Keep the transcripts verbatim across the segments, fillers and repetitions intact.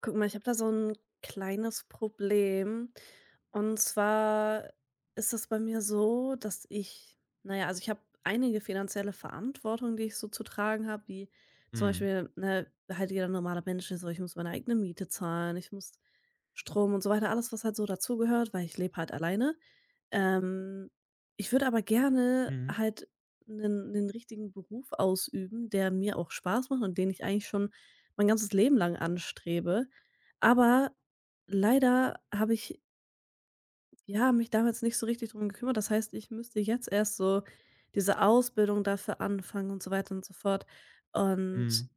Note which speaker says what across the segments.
Speaker 1: Guck mal, ich habe da so ein kleines Problem. Und zwar ist es bei mir so, dass ich naja, also ich habe einige finanzielle Verantwortung, die ich so zu tragen habe, wie zum
Speaker 2: Mhm.
Speaker 1: Beispiel, ne, halt jeder normale Mensch ist so, ich muss meine eigene Miete zahlen, ich muss Strom und so weiter, alles, was halt so dazugehört, weil ich lebe halt alleine. Ähm, Ich würde aber gerne
Speaker 2: Mhm.
Speaker 1: halt einen richtigen Beruf ausüben, der mir auch Spaß macht und den ich eigentlich schon mein ganzes Leben lang anstrebe. Aber leider habe ich, ja, mich damals nicht so richtig drum gekümmert. Das heißt, ich müsste jetzt erst so diese Ausbildung dafür anfangen und so weiter und so fort. Und,
Speaker 2: Mhm.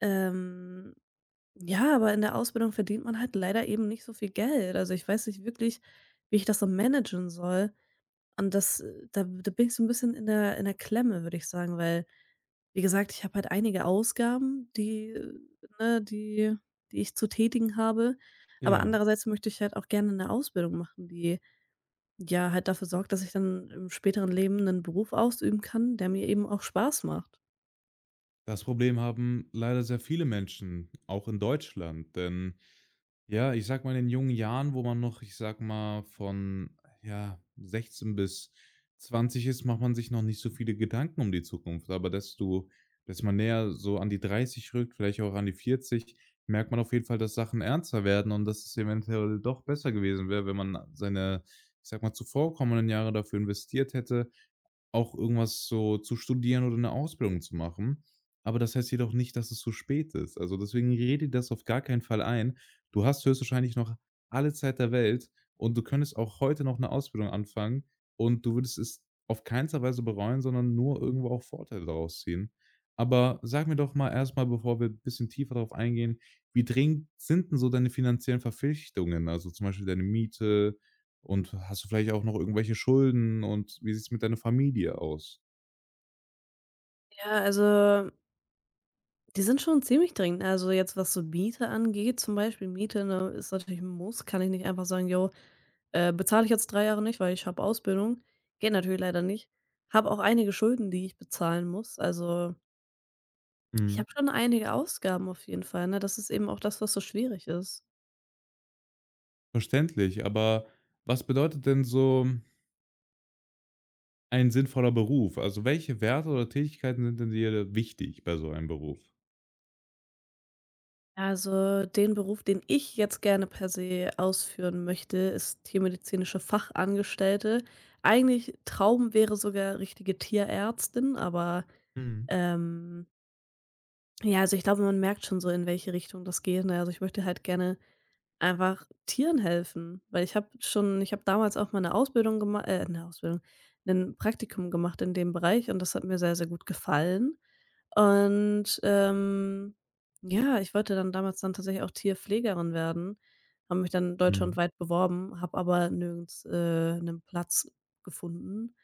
Speaker 1: ähm, ja, aber in der Ausbildung verdient man halt leider eben nicht so viel Geld. Also, ich weiß nicht wirklich, wie ich das so managen soll. Und das, äh da da bin ich so 'n bisschen in der in der Klemme, würde ich sagen, weil wie gesagt, ich habe halt einige Ausgaben, die äh, ne, die die ich zu tätigen habe. Aber
Speaker 2: Ja,
Speaker 1: andererseits möchte ich halt auch gerne eine Ausbildung machen, die, ja, halt dafür sorgt, dass ich dann im späteren Leben einen Beruf ausüben kann, der mir eben auch Spaß macht.
Speaker 2: das Problem haben leider sehr viele Menschen, auch in Deutschland. Denn ja, ich sage mal, in den jungen Jahren, wo man noch, ich sage mal, von ja, sechzehn bis zwanzig ist, macht man sich noch nicht so viele Gedanken um die Zukunft. Aber desto, dass man näher so an die dreißig rückt, vielleicht auch an die vierzig, merkt man auf jeden Fall, dass Sachen ernster werden und dass es eventuell doch besser gewesen wäre, wenn man seine, ich sag mal, zuvorkommenden Jahre dafür investiert hätte, auch irgendwas so zu studieren oder 'ne Ausbildung zu machen. Aber das heißt jedoch nicht, dass es zu spät ist. Also, deswegen rede dir das auf gar keinen Fall ein. Du hast höchstwahrscheinlich noch alle Zeit der Welt und du könntest auch heute noch 'ne Ausbildung anfangen und du würdest es auf keinster Weise bereuen, sondern nur irgendwo auch Vorteile daraus ziehen. Aber sag mir doch mal erst mal, bevor wir bisschen tiefer darauf eingehen, wie dringend sind denn so deine finanziellen Verpflichtungen? Also, zum Beispiel deine Miete, und hast du vielleicht auch noch irgendwelche Schulden und wie sieht's mit deiner Familie aus?
Speaker 1: Ja, also, die sind schon ziemlich dringend. Also, jetzt, was so Miete angeht zum Beispiel, Miete, ne, ist natürlich ein Muss. Kann ich nicht einfach sagen: „Jo, äh, bezahle ich jetzt drei Jahre nicht, weil ich habe Ausbildung.“ Geht natürlich leider nicht. Habe auch einige Schulden, die ich bezahlen muss. Also, ich
Speaker 2: Mhm.
Speaker 1: habe schon einige Ausgaben auf jeden Fall, ne? Das ist eben auch das, was so schwierig ist.
Speaker 2: Verständlich, aber was bedeutet denn so ein sinnvoller Beruf? Also, welche Werte oder Tätigkeiten sind denn dir wichtig bei so einem Beruf?
Speaker 1: Also, den Beruf, den ich jetzt gerne per se ausführen möchte, ist tiermedizinische Fachangestellte. Eigentlich Traum wäre sogar richtige Tierärztin, aber
Speaker 2: Mhm.
Speaker 1: ähm, ja, also ich glaube, man merkt schon so, in welche Richtung das geht. Ne? Also ich möchte halt gerne einfach Tieren helfen, weil ich habe schon, ich habe damals auch mal eine Ausbildung gemacht, äh, eine Ausbildung, ein Praktikum gemacht in dem Bereich und das hat mir sehr, sehr gut gefallen. Und, ähm, ja, ich wollte dann damals dann tatsächlich auch Tierpflegerin werden, habe mich dann
Speaker 2: Mhm.
Speaker 1: deutschlandweit beworben, habe aber nirgends, äh, 'nen Platz gefunden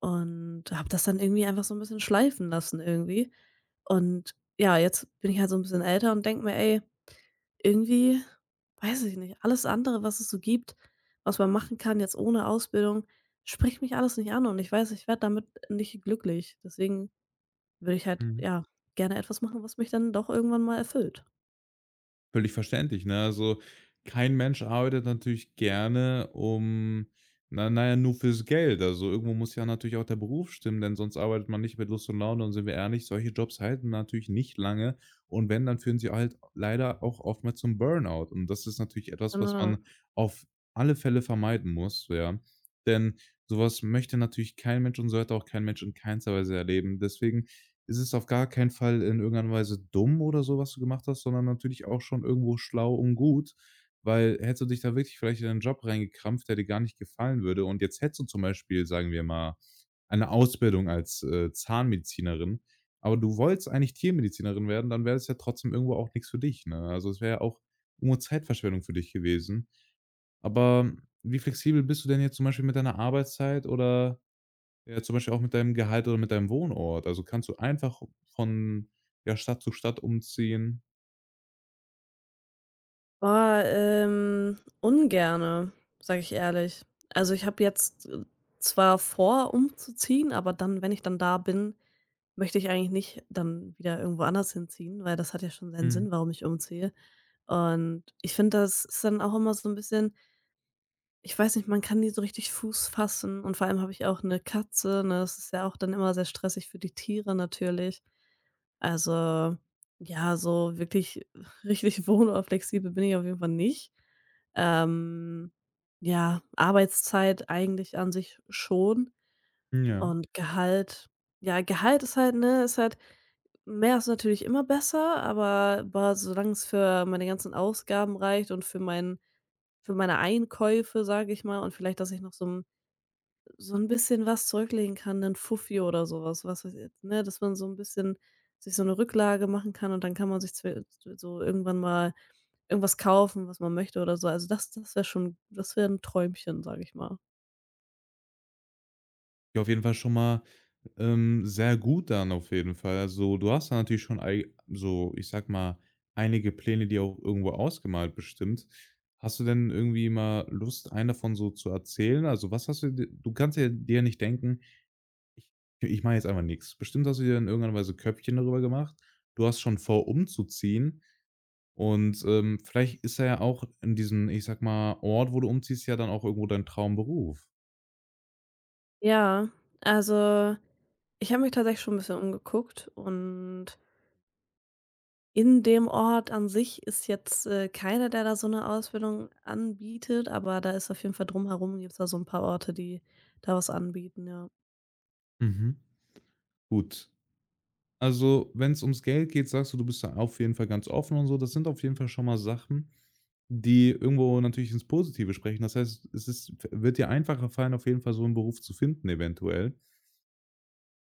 Speaker 1: und habe das dann irgendwie einfach so ein bisschen schleifen lassen irgendwie. Und ja, jetzt bin ich halt so ein bisschen älter und denke mir: „Ey, irgendwie weiß ich nicht, alles andere, was es so gibt, was man machen kann jetzt ohne Ausbildung, spricht mich alles nicht an und ich weiß, ich werde damit nicht glücklich.“ Deswegen würde ich halt,
Speaker 2: Mhm.
Speaker 1: ja, gerne etwas machen, was mich dann doch irgendwann mal erfüllt.
Speaker 2: Völlig verständlich, ne? Also, kein Mensch arbeitet natürlich gerne um na na ja, nur fürs Geld. Also, irgendwo muss ja natürlich auch der Beruf stimmen, denn sonst arbeitet man nicht mit Lust und Laune und sind wir ehrlich, solche Jobs halten natürlich nicht lange und wenn, dann führen sie halt leider auch oftmals zum Burnout und das ist natürlich etwas, was
Speaker 1: Genau.
Speaker 2: man auf alle Fälle vermeiden muss, ja? Denn sowas möchte natürlich kein Mensch und sollte auch kein Mensch in keinster Weise erleben. Deswegen es ist auf gar keinen Fall in irgendeiner Weise dumm oder so, was du gemacht hast, sondern natürlich auch schon irgendwo schlau und gut, weil hättest du dich da wirklich vielleicht in 'nen Job reingekrampft, der dir gar nicht gefallen würde und jetzt hättest du zum Beispiel, sagen wir mal, eine Ausbildung als, äh, Zahnmedizinerin, aber du wolltest eigentlich Tiermedizinerin werden, dann wäre das ja trotzdem irgendwo auch nichts für dich, ne? Also, es wäre ja auch irgendwo Zeitverschwendung für dich gewesen. Aber wie flexibel bist du denn jetzt zum Beispiel mit deiner Arbeitszeit oder ja, zum Beispiel auch mit deinem Gehalt oder mit deinem Wohnort. Also, kannst du einfach von, ja, Stadt zu Stadt umziehen.
Speaker 1: Boah, ähm, ungerne, sage ich ehrlich. Also, ich habe jetzt, äh, zwar vor, umzuziehen, aber dann, wenn ich dann da bin, möchte ich eigentlich nicht dann wieder irgendwo anders hinziehen, weil das hat ja schon seinen
Speaker 2: Mhm.
Speaker 1: Sinn, warum ich umziehe. Und ich finde, das ist dann auch immer so ein bisschen ich weiß nicht, man kann nie so richtig Fuß fassen und vor allem habe ich auch eine Katze, ne? Das ist ja auch dann immer sehr stressig für die Tiere natürlich. Also, ja, so wirklich richtig wohnortflexibel bin ich auf jeden Fall nicht. Ähm, ja, Arbeitszeit eigentlich an sich schon
Speaker 2: Ja.
Speaker 1: und Gehalt ja, Gehalt ist halt ne, ist halt mehr ist natürlich immer besser, aber boah, solange es für meine ganzen Ausgaben reicht und für mein für meine Einkäufe, sage ich mal und vielleicht, dass ich noch so so 'n bisschen was zurücklegen kann, 'nen Fuffi oder so was, was weiß jetzt ne, dass man so 'n bisschen sich so 'ne Rücklage machen kann und dann kann man sich zwe z so irgendwann mal irgendwas kaufen, was man möchte oder so. Also, das das wäre schon das wäre 'n Träumchen, sage ich mal.
Speaker 2: Ja, auf jeden Fall schon mal, ähm, sehr gut dann auf jeden Fall. Also, du hast da natürlich schon ei so, ich sag mal, einige Pläne die auch irgendwo ausgemalt bestimmt. Hast du denn irgendwie mal Lust, einen davon so zu erzählen? Also, was hast du d du kannst ja dir nicht denken: „Ich ich mache jetzt einfach nichts. Bestimmt hast du dir in irgendeiner Weise Köpfchen darüber gemacht. Du hast schon vor, umzuziehen. Und, ähm, vielleicht ist er ja auch in diesem, ich sag mal, Ort, wo du umziehst, ja dann auch irgendwo dein Traumberuf.
Speaker 1: Ja, also, ich habe mich tatsächlich schon 'n bisschen umgeguckt und in dem Ort an sich ist jetzt, äh, keiner, der da so 'ne Ausbildung anbietet, aber da ist auf jeden Fall drumherum gibt's da so 'n paar Orte, die da was anbieten, ja.
Speaker 2: Mhm. Gut. Also, wenn es ums Geld geht, sagst du, du bist da auf jeden Fall ganz offen und so. Das sind auf jeden Fall schon mal Sachen, die irgendwo natürlich ins Positive sprechen. Das heißt, es ist wird dir einfacher fallen, auf jeden Fall so einen Beruf zu finden eventuell.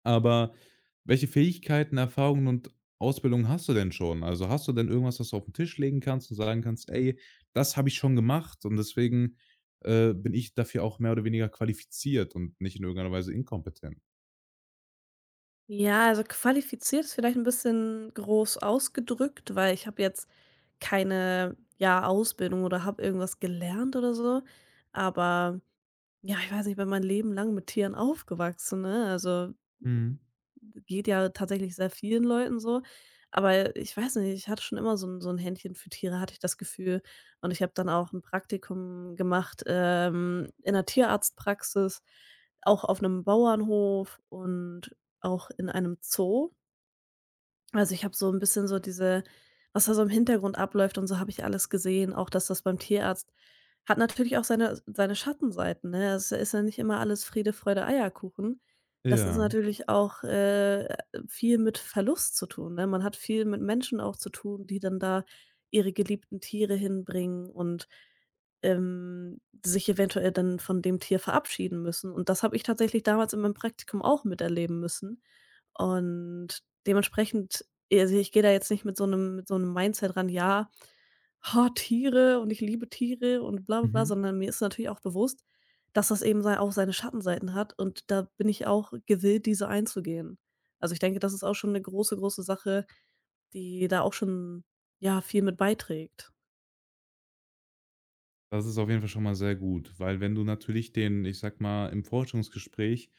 Speaker 2: Aber welche Fähigkeiten, Erfahrungen und Ausbildung hast du denn schon? Also, hast du denn irgendwas, was du auf den Tisch legen kannst und sagen kannst: „Ey, das habe ich schon gemacht und deswegen, äh, bin ich dafür auch mehr oder weniger qualifiziert und nicht in irgendeiner Weise inkompetent?“
Speaker 1: Ja, also qualifiziert ist vielleicht ein bisschen groß ausgedrückt, weil ich habe jetzt keine, ja, Ausbildung oder habe irgendwas gelernt oder so. Aber ja, ich weiß nicht, ich bin mein Leben lang mit Tieren aufgewachsen, ne? Also,
Speaker 2: Mhm.
Speaker 1: geht ja tatsächlich sehr vielen Leuten so. Aber ich weiß nicht, ich hatte schon immer so ein so 'n Händchen für Tiere, hatte ich das Gefühl. Und ich habe dann auch ein Praktikum gemacht, ähm, in einer Tierarztpraxis, auch auf einem Bauernhof und auch in einem Zoo. Also, ich habe so ein bisschen so diese was da so im Hintergrund abläuft und so habe ich alles gesehen, auch dass das beim Tierarzt hat natürlich auch seine seine Schattenseiten, ne? Also, es ist ja nicht immer alles Friede, Freude, Eierkuchen. Das ist
Speaker 2: Ja,
Speaker 1: natürlich auch, äh, viel mit Verlust zu tun, ne? Man hat viel mit Menschen auch zu tun, die dann da ihre geliebten Tiere hinbringen und, ähm, sich eventuell dann von dem Tier verabschieden müssen. Und das habe ich tatsächlich damals in meinem Praktikum auch miterleben müssen. Und dementsprechend ja, also, ich gehe da jetzt nicht mit so einem mit so 'nem Mindset ran: „Ja, ha, Tiere und ich liebe Tiere und bla bla bla“,
Speaker 2: mhm.
Speaker 1: sondern mir ist natürlich auch bewusst, dass das eben sei auch seine Schattenseiten hat und da bin ich auch gewillt, diese einzugehen. Also, ich denke, das ist auch schon eine große, große Sache, die da auch schon, ja, viel mit beiträgt.
Speaker 2: Das ist auf jeden Fall schon mal sehr gut, weil wenn du natürlich den, ich sag mal, im Forschungsgespräch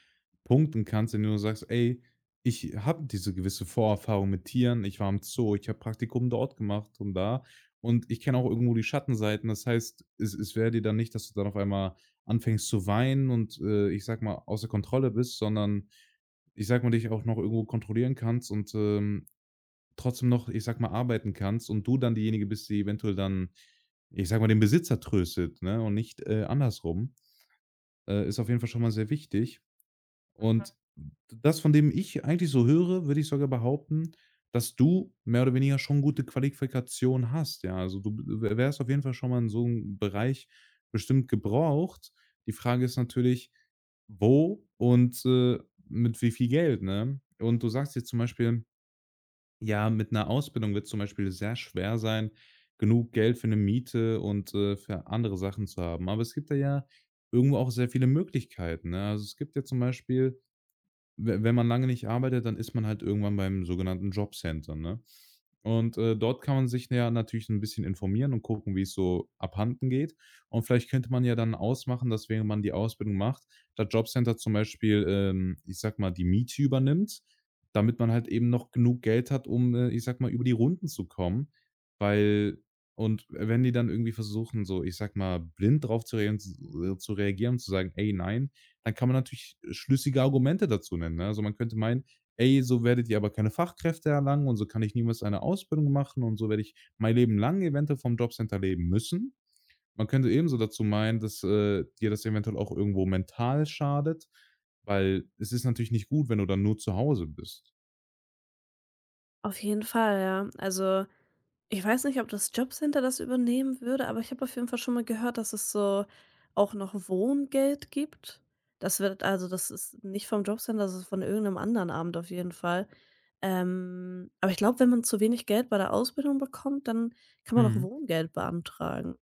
Speaker 2: punkten kannst, indem du sagst: „Ey, ich habe diese gewisse Vorerfahrung mit Tieren. Ich war im Zoo, ich habe Praktikum dort gemacht und da und ich kenne auch irgendwo die Schattenseiten.“ Das heißt, es es wäre dir dann nicht, dass du dann auf einmal anfängst zu weinen und, äh, ich sag mal, außer Kontrolle bist, sondern, ich sag mal, dich auch noch irgendwo kontrollieren kannst und, ähm, trotzdem noch, ich sag mal, arbeiten kannst und du dann diejenige bist, die eventuell dann, ich sag mal, den Besitzer tröstet, ne, und nicht, äh, andersrum, äh, ist auf jeden Fall schon mal sehr wichtig. Und das, von dem ich eigentlich so höre, würde ich sogar behaupten, dass du mehr oder weniger schon gute Qualifikation hast, ja. Also, du w wärst auf jeden Fall schon mal in so einem Bereich bestimmt gebraucht. Die Frage ist natürlich, wo und, äh, mit wie viel Geld, ne? Und du sagst jetzt zum Beispiel ja, mit einer Ausbildung wird's zum Beispiel sehr schwer sein, genug Geld für eine Miete und, äh, für andere Sachen zu haben. Aber es gibt da ja irgendwo auch sehr viele Möglichkeiten, ne? Also, es gibt ja zum Beispiel we wenn man lange nicht arbeitet, dann ist man halt irgendwann beim sogenannten Jobcenter, ne? Und, äh, dort kann man sich ja natürlich ein bisschen informieren und gucken, wie es so abhanden geht. Und vielleicht könnte man ja dann ausmachen, dass während man die Ausbildung macht, das Jobcenter zum Beispiel, ähm, ich sag mal, die Miete übernimmt, damit man halt eben noch genug Geld hat, um, äh, ich sag mal, über die Runden zu kommen, weil und wenn die dann irgendwie versuchen, so, ich sag mal, blind drauf zu reagen zu reagieren und zu sagen: „Ey, nein, dann kann man natürlich äh, schlüssige Argumente dazu nennen, ne? Also, man könnte meinen: „Ey, so werdet ihr aber keine Fachkräfte erlangen und so kann ich niemals eine Ausbildung machen und so werde ich mein Leben lang eventuell vom Jobcenter leben müssen.“ Man könnte ebenso dazu meinen, dass, äh, dir das eventuell auch irgendwo mental schadet, weil es ist natürlich nicht gut, wenn du dann nur zu Hause bist.
Speaker 1: Auf jeden Fall, ja. Also, ich weiß nicht, ob das Jobcenter das übernehmen würde, aber ich habe auf jeden Fall schon mal gehört, dass es so auch noch Wohngeld gibt. Das wird also das ist nicht vom Jobcenter, das ist von irgendeinem anderen Amt auf jeden Fall. Ähm, aber ich glaube, wenn man zu wenig Geld bei der Ausbildung bekommt, dann kann man auch
Speaker 2: Mhm.
Speaker 1: Wohngeld beantragen.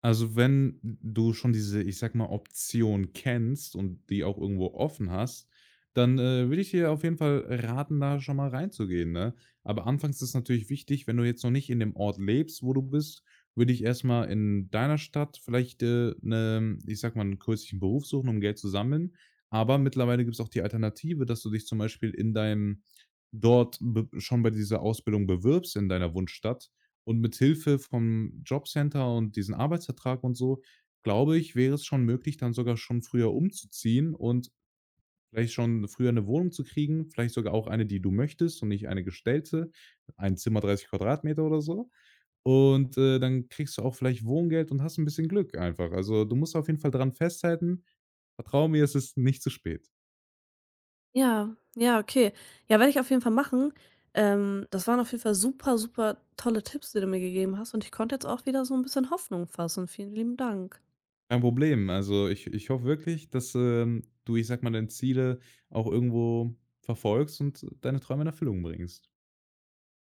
Speaker 2: Also, wenn du schon diese, ich sage mal, Option kennst und die auch irgendwo offen hast, dann, äh, würde ich dir auf jeden Fall raten, da schon mal reinzugehen, ne? Aber anfangs ist natürlich wichtig, wenn du jetzt noch nicht in dem Ort lebst, wo du bist, würde ich erst mal in deiner Stadt vielleicht, äh, 'ne ich sage mal, einen kürzlichen Beruf suchen, um Geld zu sammeln. Aber mittlerweile gibt es auch die Alternative, dass du dich zum Beispiel in deinem dort be schon bei dieser Ausbildung bewirbst in deiner Wunschstadt und mit Hilfe vom Jobcenter und diesen Arbeitsvertrag und so, glaube ich, wäre es schon möglich, dann sogar schon früher umzuziehen und vielleicht schon früher eine Wohnung zu kriegen, vielleicht sogar auch eine, die du möchtest und nicht eine gestellte, ein Zimmer dreißig Quadratmeter oder so. Und, äh, dann kriegst du auch vielleicht Wohngeld und hast ein bisschen Glück einfach. Also, du musst auf jeden Fall dran festhalten. Vertraue mir, es ist nicht zu spät.
Speaker 1: Ja, ja, okay. Ja, werde ich auf jeden Fall machen. Ähm, das waren auf jeden Fall super, super tolle Tipps, die du mir gegeben hast und ich konnte jetzt auch wieder so ein bisschen Hoffnung fassen. Vielen lieben Dank.
Speaker 2: Kein Problem. Also, ich ich hoffe wirklich, dass, ähm, du, ich sag mal, deine Ziele auch irgendwo verfolgst und deine Träume in Erfüllung bringst.